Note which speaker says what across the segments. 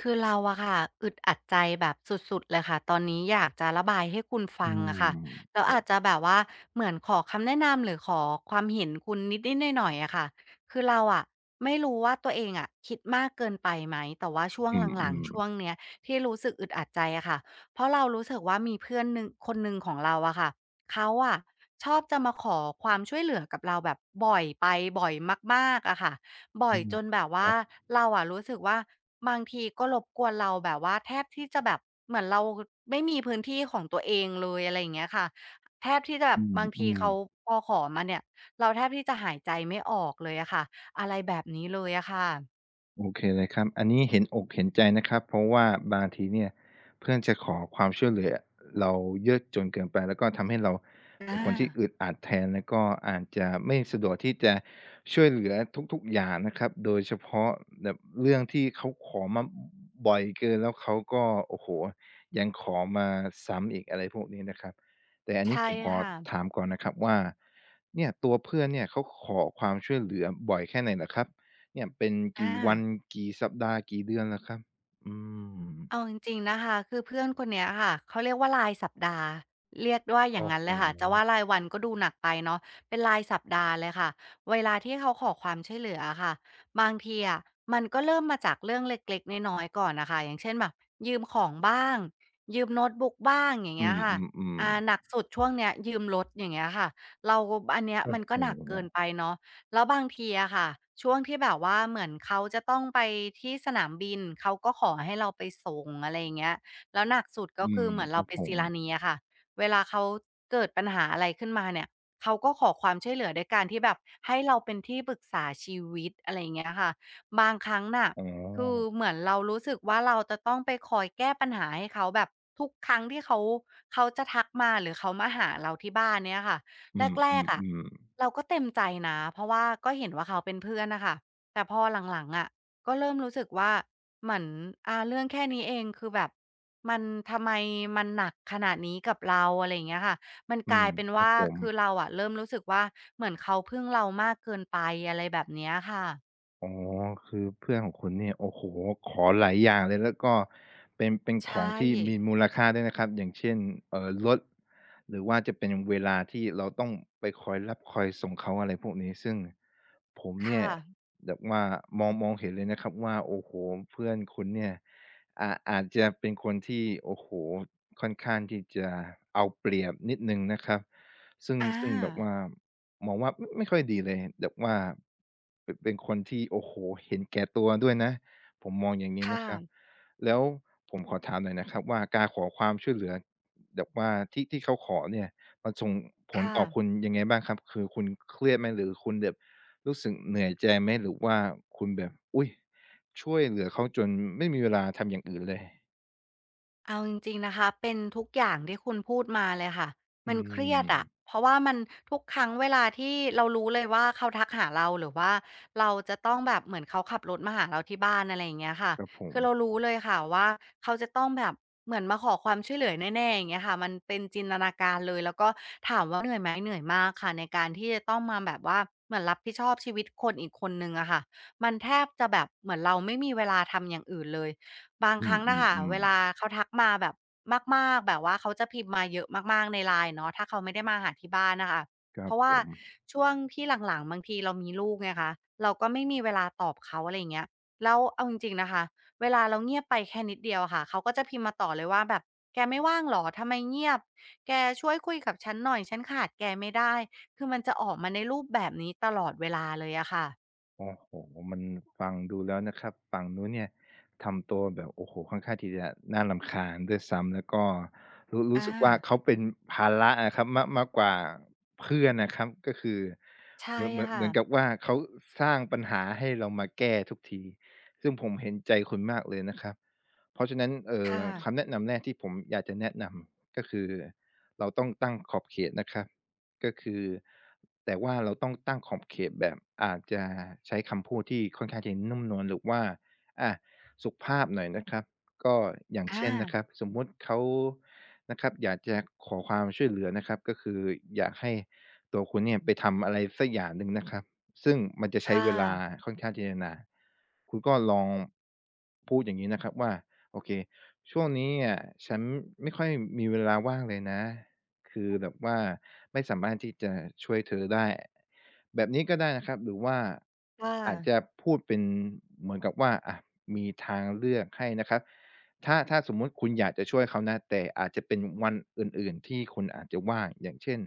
Speaker 1: คือเราอะค่ะอึดอัดใจแบบสุดๆเลยค่ะตอนนี้อยากจะระบายให้คุณ
Speaker 2: อื
Speaker 1: ฟังอะค่ะ
Speaker 2: ม
Speaker 1: แล้วอาจจะแบบว่าเหมือนขอคำแนะนำหรือขอความเห็นคุณนิดๆหน่อยๆอะค่ะคือเราอะไม่รู้ว่าตัวเองอะคิดมากเกินไปไหมแต่ว่าช่วง
Speaker 2: อื
Speaker 1: หลัง
Speaker 2: ม
Speaker 1: ๆช่วงเนี้ยที่รู้สึกอึดอัดใจอะค่ะเพราะเรารู้สึกว่ามีเพื่อนหนึ่งคนหนึ่งของเราอะค่ะเขาอะชอบจะมาขอความช่วยเหลือกับเราแบบบ่อยไปบ่อยมากๆอะค่ะ
Speaker 2: ๆ
Speaker 1: บ่อ
Speaker 2: อื
Speaker 1: ย
Speaker 2: ม
Speaker 1: จนแบบ
Speaker 2: ค
Speaker 1: ว่า
Speaker 2: รับ
Speaker 1: เราอะรู้สึกว่าบางทีก็รบกวนเราแบบว่าแทบที่จะแบบเหมือนเราไม่มีพื้นที่ของตัวเองเลยอะไรอย่างเงี้ยค่ะแทบที่จะแบบ
Speaker 2: อืม
Speaker 1: บาง
Speaker 2: อื
Speaker 1: ที
Speaker 2: ม
Speaker 1: เขาพอขอมาเนี่ยเราแทบที่จะหายใจไม่ออกเลยอะค่ะอะไรแบบนี้เลยอะค่ะ
Speaker 2: โอเคเลยครับอันนี้เห็นอกเห็นใจนะครับเพราะว่าบางทีเนี่ยเพื่อนจะขอความช่วยเหลือเราเยอะจนเกินไปแล้วก็ทำให้เรา
Speaker 1: อ
Speaker 2: เป็นคนที่
Speaker 1: า
Speaker 2: อึดอัดแทนแล้วก็อาจจะไม่สะดวกที่จะช่วยเหลือทุกๆอย่างนะครับโดยเฉพาะแบบเรื่องที่เขาขอมาบ่อยเกินแล้วเขาก็โอ้โฮยังขอมาซ้ำอีกอะไรพวกนี้นะครับแต่อันนี้
Speaker 1: ใช่
Speaker 2: ผมขอ
Speaker 1: ค่ะ
Speaker 2: ถามก่อนนะครับว่าเนี่ยตัวเพื่อนเนี่ยเขาขอความช่วยเหลือบ่อยแค่ไหนเหรอครับ เนี่ยเป็น
Speaker 1: อา
Speaker 2: กี่วันกี่สัปดาห์กี่เดือนล่ะครับอืม
Speaker 1: เอาจริงๆนะคะคือเพื่อนคนเนี้ยค่ะเขาเรียกว่ารายสัปดาห์เรียกว่าอย่าง
Speaker 2: โอ้
Speaker 1: นั้น
Speaker 2: โฮ
Speaker 1: เลยค่ะจะว่ารายวันก็ดูหนักไปเนาะเป็นรายสัปดาห์เลยค่ะเวลาที่เขาขอความช่วยเหลืออะค่ะบางทีอะมันก็เริ่มมาจากเรื่องเล็กๆน้อยๆก่อนน่ะคะอย่างเช่นแบบยืมของบ้างยืมโน้ตบุ๊กบ้างอย่าง
Speaker 2: อื
Speaker 1: เงี้ยค่ะ
Speaker 2: มๆ
Speaker 1: หนั
Speaker 2: ๆ
Speaker 1: กสุดช่วงเนี้ยยืมรถอย่างเงี้ยค่ะเราอันเนี้ย
Speaker 2: โอ้
Speaker 1: มัน
Speaker 2: โ
Speaker 1: ก็หนัก
Speaker 2: ฮ
Speaker 1: เกินไปเนาะ แล้วบางทีอะค่ะช่วงที่แบบว่าเหมือนเขาจะต้องไปที่สนามบินเขาก็ขอให้เราไปส่งอะไรอย่างเงี้ยแล้วหนักสุดก็
Speaker 2: อื
Speaker 1: คื
Speaker 2: ม
Speaker 1: อเหมือน
Speaker 2: ค
Speaker 1: เรา
Speaker 2: รับ
Speaker 1: ไป
Speaker 2: ผ
Speaker 1: ซี
Speaker 2: ม
Speaker 1: ลานีอะค่ะเวลาเขาเกิดปัญหาอะไรขึ้นมาเนี่ยเขาก็ขอความช่วยเหลือด้วยการที่แบบให้เราเป็นที่ปรึกษาชีวิตอะไรอย่างเงี้ยค่ะบางครั้งน่ะ
Speaker 2: อ๋
Speaker 1: คือ
Speaker 2: อ
Speaker 1: เหมือนเรารู้สึกว่าเราจะต้องไปคอยแก้ปัญหาให้เขาแบบทุกครั้งที่เขาจะทักมาหรือเขามาหาเราที่บ้านเนี่ยค่ะ
Speaker 2: อื
Speaker 1: แรกๆอะ
Speaker 2: มๆ
Speaker 1: เราก็เต็มใจนะเพราะว่าก็เห็นว่าเขาเป็นเพื่อนน่ะค่ะแต่พอหลังๆอะก็เริ่มรู้สึกว่าเหมือนเรื่องแค่นี้เองคือแบบมันทำไมมันหนักขนาดนี้กับเราอะไรอย่างเงี้ยค่ะมัน
Speaker 2: ๆอื
Speaker 1: กลา
Speaker 2: ม
Speaker 1: ยเป็น
Speaker 2: ครับ
Speaker 1: ว่า
Speaker 2: ผม
Speaker 1: คือเราอะเริ่มรู้สึกว่าเหมือนเขาพึ่งเรามากเกินไปอะไรแบบเนี้ยค่ะ
Speaker 2: อ๋อคือเพื่อนของคุณเนี่ยโอ้โฮขอหลายอย่างเลยแล้วก็เป็น
Speaker 1: ใช
Speaker 2: ของ
Speaker 1: ่
Speaker 2: ที่มีมูลค่าด้วยนะครับอย่างเช่นรถหรือว่าจะเป็นเวลาที่เราต้องไปคอยรับคอยส่งเขาอะไรพวกนี้ซึ่งผมเนี่ย
Speaker 1: ค่ะ
Speaker 2: แบบว่ามองเห็นเลยนะครับว่าโอ้โฮเพื่อนคุณเนี่ยอาจจะเป็นคนที่โอ้โฮค่อนข้างที่จะเอาเปรียบนิดหนึ่งนะครับซึ่ง
Speaker 1: อา
Speaker 2: ซึ่งแบบว่า มองว่าไม่ค่อยดีเลยแบบว่าเป็นคนที่โอ้โหเห็นแก่ตัวด้วยนะผมมองอย่างนี้
Speaker 1: ค่ะ
Speaker 2: นะครับแล้วผมขอถามหน่อยนะครับว่าการขอความช่วยเหลือแบบว่าที่ที่เขาขอเนี่ยมันส่งผล
Speaker 1: ค่ะ
Speaker 2: ต่อคุณยังไงบ้างครับคือคุณเครียดไหมหรือคุณแบบรู้สึกเหนื่อยใจไหมหรือว่าคุณแบบอุ้ยช่วยเหลือเขาจนไม่มีเวลาทำอย่างอื่นเลย
Speaker 1: เอาจริงๆนะคะเป็นทุกอย่างที่คุณพูดมาเลยค่ะ
Speaker 2: อื
Speaker 1: มันเครีย
Speaker 2: ม
Speaker 1: ดอะเพราะว่ามันทุกครั้งเวลาที่เรารู้เลยว่าเขาทักหาเราหรือว่าเราจะต้องแบบเหมือนเขาขับรถมาหาเราที่บ้านอะไรอย่างเงี้ยค่ะ
Speaker 2: ครับผ
Speaker 1: คื
Speaker 2: ม
Speaker 1: อเรารู้เลยค่ะว่าเขาจะต้องแบบเหมือนมาขอความช่วยเหลือแน่ๆอย่างเงี้ยค่ะมันเป็นจินตนาการเลยแล้วก็ถามว่าเหนื่อยไหมเหนื่อยมากค่ะในการที่จะต้องมาแบบว่าเหมือนรับผิดชอบชีวิตคนอีกคนหนึ่งอะค่ะมันแทบจะแบบเหมือนเราไม่มีเวลาทำอย่างอื่นเลย บาง
Speaker 2: อื
Speaker 1: ครั้งน่ะค่ะ
Speaker 2: ม
Speaker 1: เว
Speaker 2: ๆ
Speaker 1: ลา
Speaker 2: ๆ
Speaker 1: เขาทักมาแบบมากๆแบบว่าเขาจะพิมพ์มาเยอะมากๆใน LINE เนาะถ้าเขาไม่ได้มาหาที่บ้านน่ะค่ะ
Speaker 2: ค
Speaker 1: เพ
Speaker 2: รับ
Speaker 1: ราะ
Speaker 2: ผ
Speaker 1: ว่า
Speaker 2: ม
Speaker 1: ช่วงที่หลังๆบางทีเรามีลูกไงคะเราก็ไม่มีเวลาตอบเขาอะไรอย่างเงี้ยแล้วเอาจริงๆนะคะเวลาเราเงียบไปแค่นิดเดียวอะค่ะเขาก็จะพิมพ์มาต่อเลยว่าแบบแกไม่ว่างเหรอทำไมเงียบแกช่วยคุยกับฉันหน่อยฉันขาดแกไม่ได้คือมันจะออกมาในรูปแบบนี้ตลอดเวลาเลยอะค่ะ
Speaker 2: โอ้โหมันฟังดูแล้วนะครับฝั่งนู้นเนี่ยทำตัวแบบโอ้โฮค่อนข้างที่จะน่ารำคาญด้วยซ้ำแล้วก็รู้รู้
Speaker 1: อา
Speaker 2: สึกว่าเขาเป็นภาระอะครับมากมากกว่าเพื่อนนะครับก็คือ
Speaker 1: ใช่
Speaker 2: เหมือนกั
Speaker 1: ค่ะ
Speaker 2: บว่าเขาสร้างปัญหาให้เรามาแก้ทุกทีซึ่งผมเห็นใจคุณมากเลยนะครับเพราะฉะนั้น
Speaker 1: ค่ะ
Speaker 2: คำแนะนำแรกที่ผมอยากจะแนะนำก็คือเราต้องตั้งขอบเขตนะครับ ก็คือแต่ว่าเราต้องตั้งขอบเขตแบบอาจจะใช้คำพูดที่ค่อนข้างจะนุ่มนวลหรือว่าอาสุภาพหน่อยนะครับก็อย่าง
Speaker 1: อ
Speaker 2: เช่นนะครับ
Speaker 1: า
Speaker 2: สมมุติเขานะครับอยากจะขอความช่วยเหลือนะครับก็คืออยากให้ตัวคุณเนี่ยไปทำอะไรสักอย่างหนึ่งนะครับซึ่งมันจะใช้
Speaker 1: ค่ะ
Speaker 2: เวลาค่อนข้างที่จะนานคุณก็ลองพูดอย่างนี้นะครับว่าโอเคช่วงนี้อะฉันไม่ค่อยมีเวลาว่างเลยนะ คือแบบว่าไม่สามารถที่จะช่วยเธอได้แบบนี้ก็ได้นะครับหรือว่า
Speaker 1: ค่ะ
Speaker 2: อาจจะพูดเป็นเหมือนกับว่าอะมีทางเลือกให้นะครับถ้าสมมุติคุณอยากจะช่วยเขานะแต่อาจจะเป็นวันอื่นๆที่คุณอาจจะว่างอย่างเช่น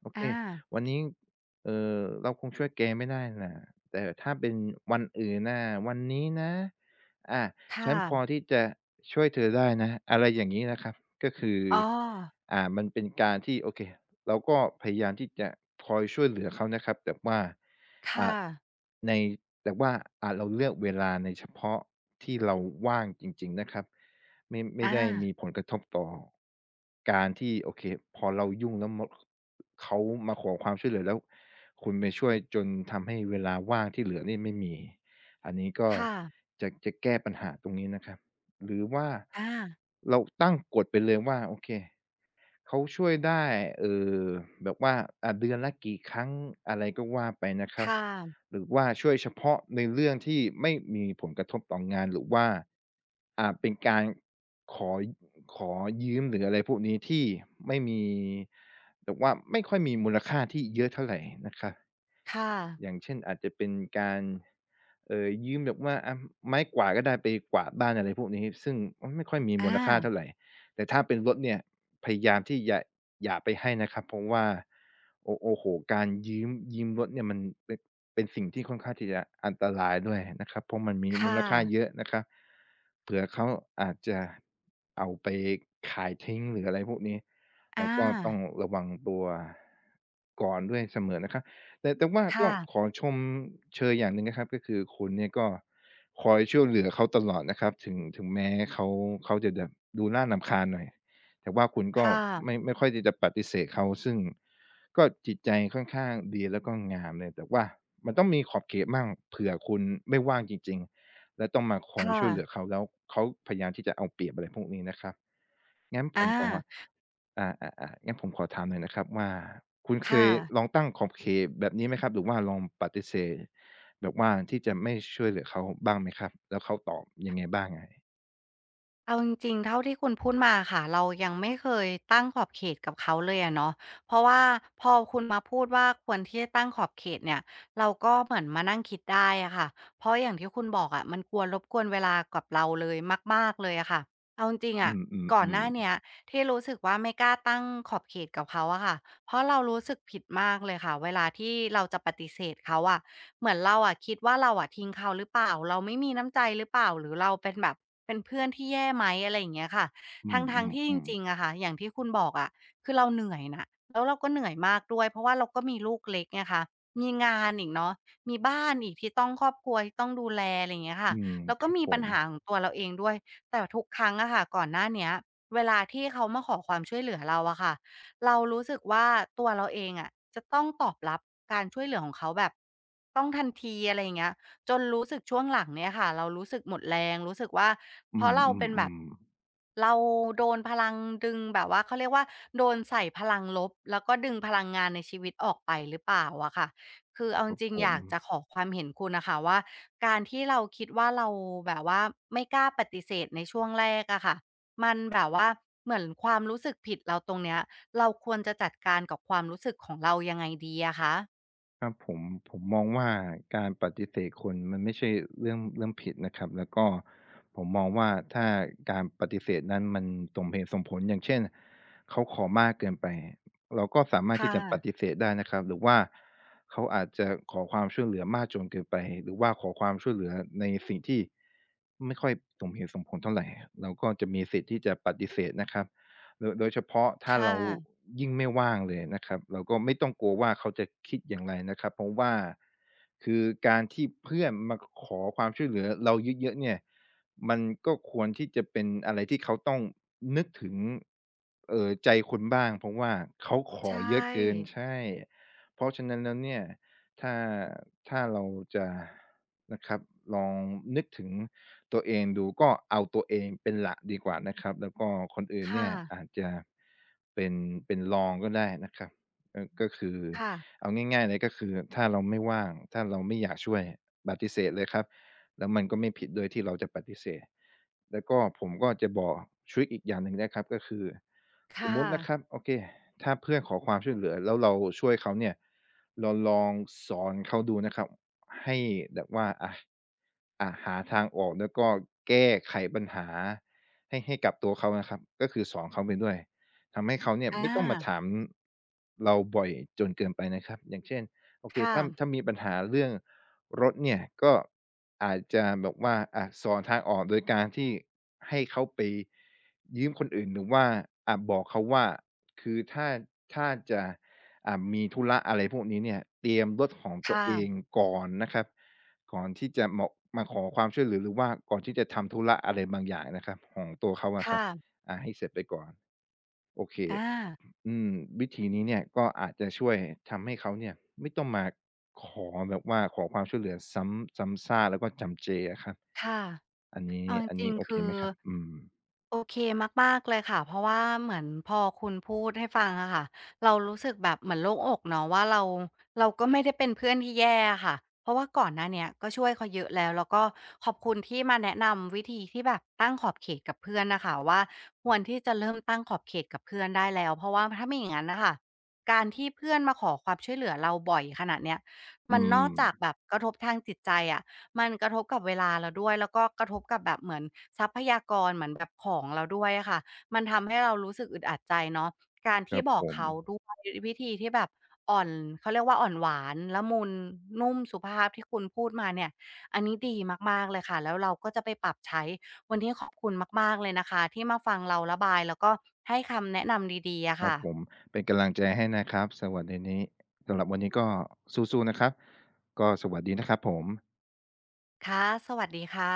Speaker 2: โอเค
Speaker 1: อา
Speaker 2: วันนี้เราคงช่วยแกไม่ได้น่ะแต่ถ้าเป็นวันอื่นน่ะวันนี้นะอา ฉั
Speaker 1: ค่ะ
Speaker 2: นพอที่จะช่วยเธอได้นะอะไรอย่างงี้นะครับก็คือ
Speaker 1: อ๋อ
Speaker 2: มันเป็นการที่โอเคเราก็พยายามที่จะคอยช่วยเหลือเขานะครับแต่ว่า
Speaker 1: ค่ะ
Speaker 2: อ่าในแต่ว่าอ่าเราเลือกเวลาในเฉพาะที่เราว่างจริงๆนะครับไม่
Speaker 1: อา
Speaker 2: ได้มีผลกระทบต่อการที่โอเคพอเรายุ่งแล้วเขามาขอความช่วยเหลือแล้วคุณไปช่วยจนทำให้เวลาว่างที่เหลือนี่ไม่มี อันนี้ก็
Speaker 1: ค่ะ
Speaker 2: จะแก้ปัญหาตรงนี้นะครับหรือว่า
Speaker 1: อา
Speaker 2: เราตั้งกฎไปเลยว่าโอเคเขาช่วยได้เอ่อแบบว่าเดือนละกี่ครั้งอะไรก็ว่าไปนะครับ
Speaker 1: ค่ะ
Speaker 2: หรือว่าช่วยเฉพาะในเรื่องที่ไม่มีผลกระทบต่องานหรือว่าเป็นการขอขอยืมหรืออะไรพวกนี้ที่ไม่มีแบบว่าไม่ค่อยมีมูลค่าที่เยอะเท่าไรนะครับ
Speaker 1: ค่ะ
Speaker 2: อย่างเช่นอาจจะเป็นการยืมแบบว่าอะไม้กวาดก็ได้ไปกวาดบ้านอะไรพวกนี้ซึ่งมันไม่ค่อยมีมู
Speaker 1: อา
Speaker 2: ลค่าเท่าไรแต่ถ้าเป็นรถเนี่ยพยายามที่อย่าไปให้นะครับเพราะว่าโอ้โฮการยืมรถเนี่ยมันเป็นเป็นสิ่งที่ค่อนข้างที่จะอันตรายด้วยนะครับเพราะมันมีมู
Speaker 1: ค่ะ
Speaker 2: ลค่าเยอะนะครับเผื่อเขาอาจจะเอาไปขายทิ้งหรืออะไรพวกนี้
Speaker 1: อ
Speaker 2: เราก็ต้อ
Speaker 1: า
Speaker 2: งระวังตัวก่อนด้วยเสมอนะครับ แต่ว่า
Speaker 1: ค
Speaker 2: ก็ขอ
Speaker 1: ่ะ
Speaker 2: ชมเชยอย่างหนึ่งนะครับก็คือคุณเนี่ยก็คอยช่วยเหลือเขาตลอดนะครับถึงแม้เขาเขาจะแบบดูน่ารำคาญหน่อยแต่ว่าคุณก็
Speaker 1: ค่ะ
Speaker 2: ไม่ค่อยที่จะปฏิเสธเขาซึ่งก็จิตใจค่อนข้างดีแล้วก็งามเลยแต่ว่ามันต้องมีขอบเขตบ้างเผื่อคุณไม่ว่างจริงๆแล้วต้องมาคอย
Speaker 1: ค่ะ
Speaker 2: ช่วยเหลือเขาแล้วเขาพยายามที่จะเอาเปรียบอะไรพวกนี้นะครับงั้นผ
Speaker 1: อา
Speaker 2: มขอ อาๆๆงั้นผมขอถามหน่อยนะครับว่าคุณเค
Speaker 1: ค่ะ
Speaker 2: ยลองตั้งขอบเขตแบบนี้ไหมครับหรือว่าลองปฏิเสธแบบว่าที่จะไม่ช่วยเหลือเขาบ้างไหมครับแล้วเขาตอบยังไงบ้างเอ่ย
Speaker 1: เอาจริงๆเท่าที่คุณพูดมาค่ะเรายังไม่เคยตั้งขอบเขตกับเขาเลยอะเนาะเพราะว่าพอคุณมาพูดว่าควรที่จะตั้งขอบเขตเนี่ยเราก็เหมือนมานั่งคิดได้อะค่ะเพราะอย่างที่คุณบอกอะมันกวนรบกวนเวลากับเราเลยมากๆเลยอะค่ะเอาจริงๆ
Speaker 2: อื
Speaker 1: อะก่อนห
Speaker 2: ม
Speaker 1: น้า
Speaker 2: ๆ
Speaker 1: เนี้ยที่รู้สึกว่าไม่กล้าตั้งขอบเขตกับเขาอะค่ะเพราะเรารู้สึกผิดมากเลยค่ะเวลาที่เราจะปฏิเสธเขาอะ เหมือนเราอะคิดว่าเราอะทิ้งเขาหรือเปล่าเราไม่มีน้ำใจหรือเปล่าหรือเราเป็นแบบเป็นเพื่อนที่แย่ไหมอะไรอย่างเงี้ยค่ะ
Speaker 2: ๆอื
Speaker 1: ทั้งๆที่จ
Speaker 2: มๆ
Speaker 1: ริงๆ
Speaker 2: ๆ
Speaker 1: อะค่ะอย่างที่คุณบอกอะคือเราเหนื่อยน่ะแล้วเราก็เหนื่อยมากด้วยเพราะว่าเราก็มีลูกเล็กไงคะมีงานอีกเนาะมีบ้านอีกที่ต้องครอบครัวที่ต้องดูแลอะไรอย่างเงี้ยค่ะ
Speaker 2: อืม
Speaker 1: แล้ว
Speaker 2: ค
Speaker 1: ก็
Speaker 2: รับ
Speaker 1: มี
Speaker 2: ผ
Speaker 1: ปัญ
Speaker 2: ม
Speaker 1: หาของตัวเราเองด้วยแต่ทุกครั้งอะค่ะก่อนหน้าเนี้ยเวลาที่เขามาขอความช่วยเหลือเราอะค่ะ เรารู้สึกว่าตัวเราเองอะจะต้องตอบรับการช่วยเหลือของเขาแบบต้องทันทีอะไรอย่างเงี้ยจนรู้สึกช่วงหลังเนี่ยค่ะเรารู้สึกหมดแรงรู้สึกว่า
Speaker 2: อื
Speaker 1: เพราะเราเป็นแบบ
Speaker 2: มๆๆ
Speaker 1: เราโดนพลังดึงแบบว่าเขาเรียกว่าโดนใส่พลังลบแล้วก็ดึงพลังงานในชีวิตออกไปหรือเปล่าอะค่ะคือเอา
Speaker 2: ค
Speaker 1: จ
Speaker 2: รับ
Speaker 1: ริง
Speaker 2: ผ
Speaker 1: ๆอ
Speaker 2: ม
Speaker 1: ยากจะขอความเห็นคุณน่ะค่ะว่าการที่เราคิดว่าเราแบบว่าไม่กล้าปฏิเสธในช่วงแรกอะค่ะมันแบบว่าเหมือนความรู้สึกผิดเราตรงเนี้ย เราควรจะจัดการกับความรู้สึกของเรายังไงดีอะคะ
Speaker 2: ครับผมผมมองว่าการปฏิเสธคนมันไม่ใช่เรื่องผิดนะครับแล้วก็ผมมองว่าถ้าการปฏิเสธนั้นมันสมเหตุสมผลอย่างเช่นเขาขอมากเกินไปเราก็สามาร
Speaker 1: ค
Speaker 2: ถที่จะปฏิ
Speaker 1: ่ะ
Speaker 2: เสธได้นะครับหรือว่าเขาอาจจะขอความช่วยเหลือมากจนเกินไปหรือว่าขอความช่วยเหลือในสิ่งที่ไม่ค่อยสมเหตุสมผลเท่าไหรเราก็จะมีสิทธิ์ที่จะปฏิเสธนะครับ โดยเฉพาะถ้า
Speaker 1: ค่ะ
Speaker 2: เรายิ่งไม่ว่างเลยนะครับเราก็ไม่ต้องกลัวว่าเขาจะคิดอย่างไรนะครับเพราะว่าคือการที่เพื่อนมาขอความช่วยเหลือเราเยอะๆเนี่ยมันก็ควรที่จะเป็นอะไรที่เขาต้องนึกถึงใจคุณบ้างเพราะว่าเขาขอ
Speaker 1: ใช่
Speaker 2: เยอะเกินใช่เพราะฉะนั้นแล้วเนี่ยถ้าถ้าเราจะนะครับลองนึกถึง ตัวเองดูก็เอาตัวเองเป็นหลักดีกว่านะครับแล้วก็คนอื่น
Speaker 1: ค่ะ
Speaker 2: เนี่ยอาจจะเป็นเป็นรองก็ได้นะครับก็คือ
Speaker 1: ค่ะ
Speaker 2: เอาง่ายๆเลยก็คือถ้าเราไม่ว่างถ้าเราไม่อยากช่วยปฏิเสธเลยครับแล้วมันก็ไม่ผิดด้วยที่เราจะปฏิเสธแล้วก็ผมก็จะบอกทริกอีกอย่างหนึ่งนะครับก็คือสม
Speaker 1: ค่ะ
Speaker 2: มุตินะครับโอเคถ้าเพื่อนขอความช่วยเหลือแล้วเราช่วยเขาเนี่ยเราลองสอนเขาดูนะครับ ให้แบบว่าอะอ่ะหาทางออกแล้วก็แก้ไขปัญหาให้กับตัวเขานะครับก็คือสอนเขาไปด้วยทำให้เขาเนี่ย
Speaker 1: อา
Speaker 2: ไม่ต้องมาถามเราบ่อยจนเกินไปนะครับอย่างเช่นโอเค
Speaker 1: ค่ะ
Speaker 2: ถ้ามีปัญหาเรื่องรถเนี่ยก็อาจจะแบบว่าสอนทางออกโดยการที่ให้เขาไปยืมคนอื่นหรือว่าบอกเขาว่าคือถ้าจะ มีธุระอะไรพวกนี้เนี่ยเตรียมรถของตัว
Speaker 1: ค่ะ
Speaker 2: เองก่อนนะครับก่อนที่จะเหมาะมาขอความช่วยเหลือหรือว่าก่อนที่จะทำธุระอะไรบางอย่างนะครับของตัวเขาอะครั
Speaker 1: ค่ะ
Speaker 2: บให้เสร็จไปก่อนโอเค
Speaker 1: อา
Speaker 2: อืมวิธีนี้เนี่ยก็อาจจะช่วยทำให้เขาเนี่ยไม่ต้องมาขอแบบว่าขอความช่วยเหลือซ้ำซากแล้วก็จำเจอะครับ
Speaker 1: ค่ะ
Speaker 2: อันนี้
Speaker 1: เอาจ
Speaker 2: อัน
Speaker 1: ริ
Speaker 2: นี้
Speaker 1: ง
Speaker 2: โอ
Speaker 1: ๆ
Speaker 2: เค
Speaker 1: คื
Speaker 2: ไห
Speaker 1: อ
Speaker 2: มครับอืม
Speaker 1: โอเคมากๆเลยค่ะเพราะว่าเหมือนพอคุณพูดให้ฟังอะค่ะเรารู้สึกแบบเหมือนโล่งอกเนาะว่าเราเราก็ไม่ได้เป็นเพื่อนที่แย่อะค่ะเพราะว่าก่อนหน้าเนี้ยก็ช่วยเขาเยอะแล้วแล้วก็ขอบคุณที่มาแนะนำวิธีที่แบบตั้งขอบเขตกับเพื่อนน่ะค่ะว่าควรที่จะเริ่มตั้งขอบเขตกับเพื่อนได้แล้วเพราะว่าถ้าไม่อย่างงั้นน่ะค่ะการที่เพื่อนมาขอความช่วยเหลือเราบ่อยขนาดเนี้ยมั
Speaker 2: อื
Speaker 1: นนอก
Speaker 2: ม
Speaker 1: จากแบบกระทบทางจิตใจอะ มันกระทบกับเวลาเราด้วยแล้วก็กระทบกับแบบเหมือนทรัพยากรเหมือนแบบของเราด้วยอะค่ะมันทำให้เรารู้สึกอึดอัดใจเนาะการ
Speaker 2: ค
Speaker 1: ที่
Speaker 2: รับ
Speaker 1: บอ
Speaker 2: ผ
Speaker 1: ก
Speaker 2: ม
Speaker 1: เขาด้วยวิธีที่แบบอ่อนเขาเรียกว่าอ่อนหวานละมุนนุ่มสุภาพที่คุณพูดมาเนี่ยอันนี้ดีมากๆเลยค่ะแล้วเราก็จะไปปรับใช้วันนี้ขอบคุณมากๆเลยนะคะที่มาฟังเราระบายแล้วก็ให้คำแนะนำดีๆอะ
Speaker 2: ครับ
Speaker 1: ค่ะ
Speaker 2: ผมเป็นกำลังใจให้นะครับสวัสดีนี้สำหรับวันนี้ก็สู้ๆนะครับก็สวัสดีนะครับผม
Speaker 1: ค่ะสวัสดีค่ะ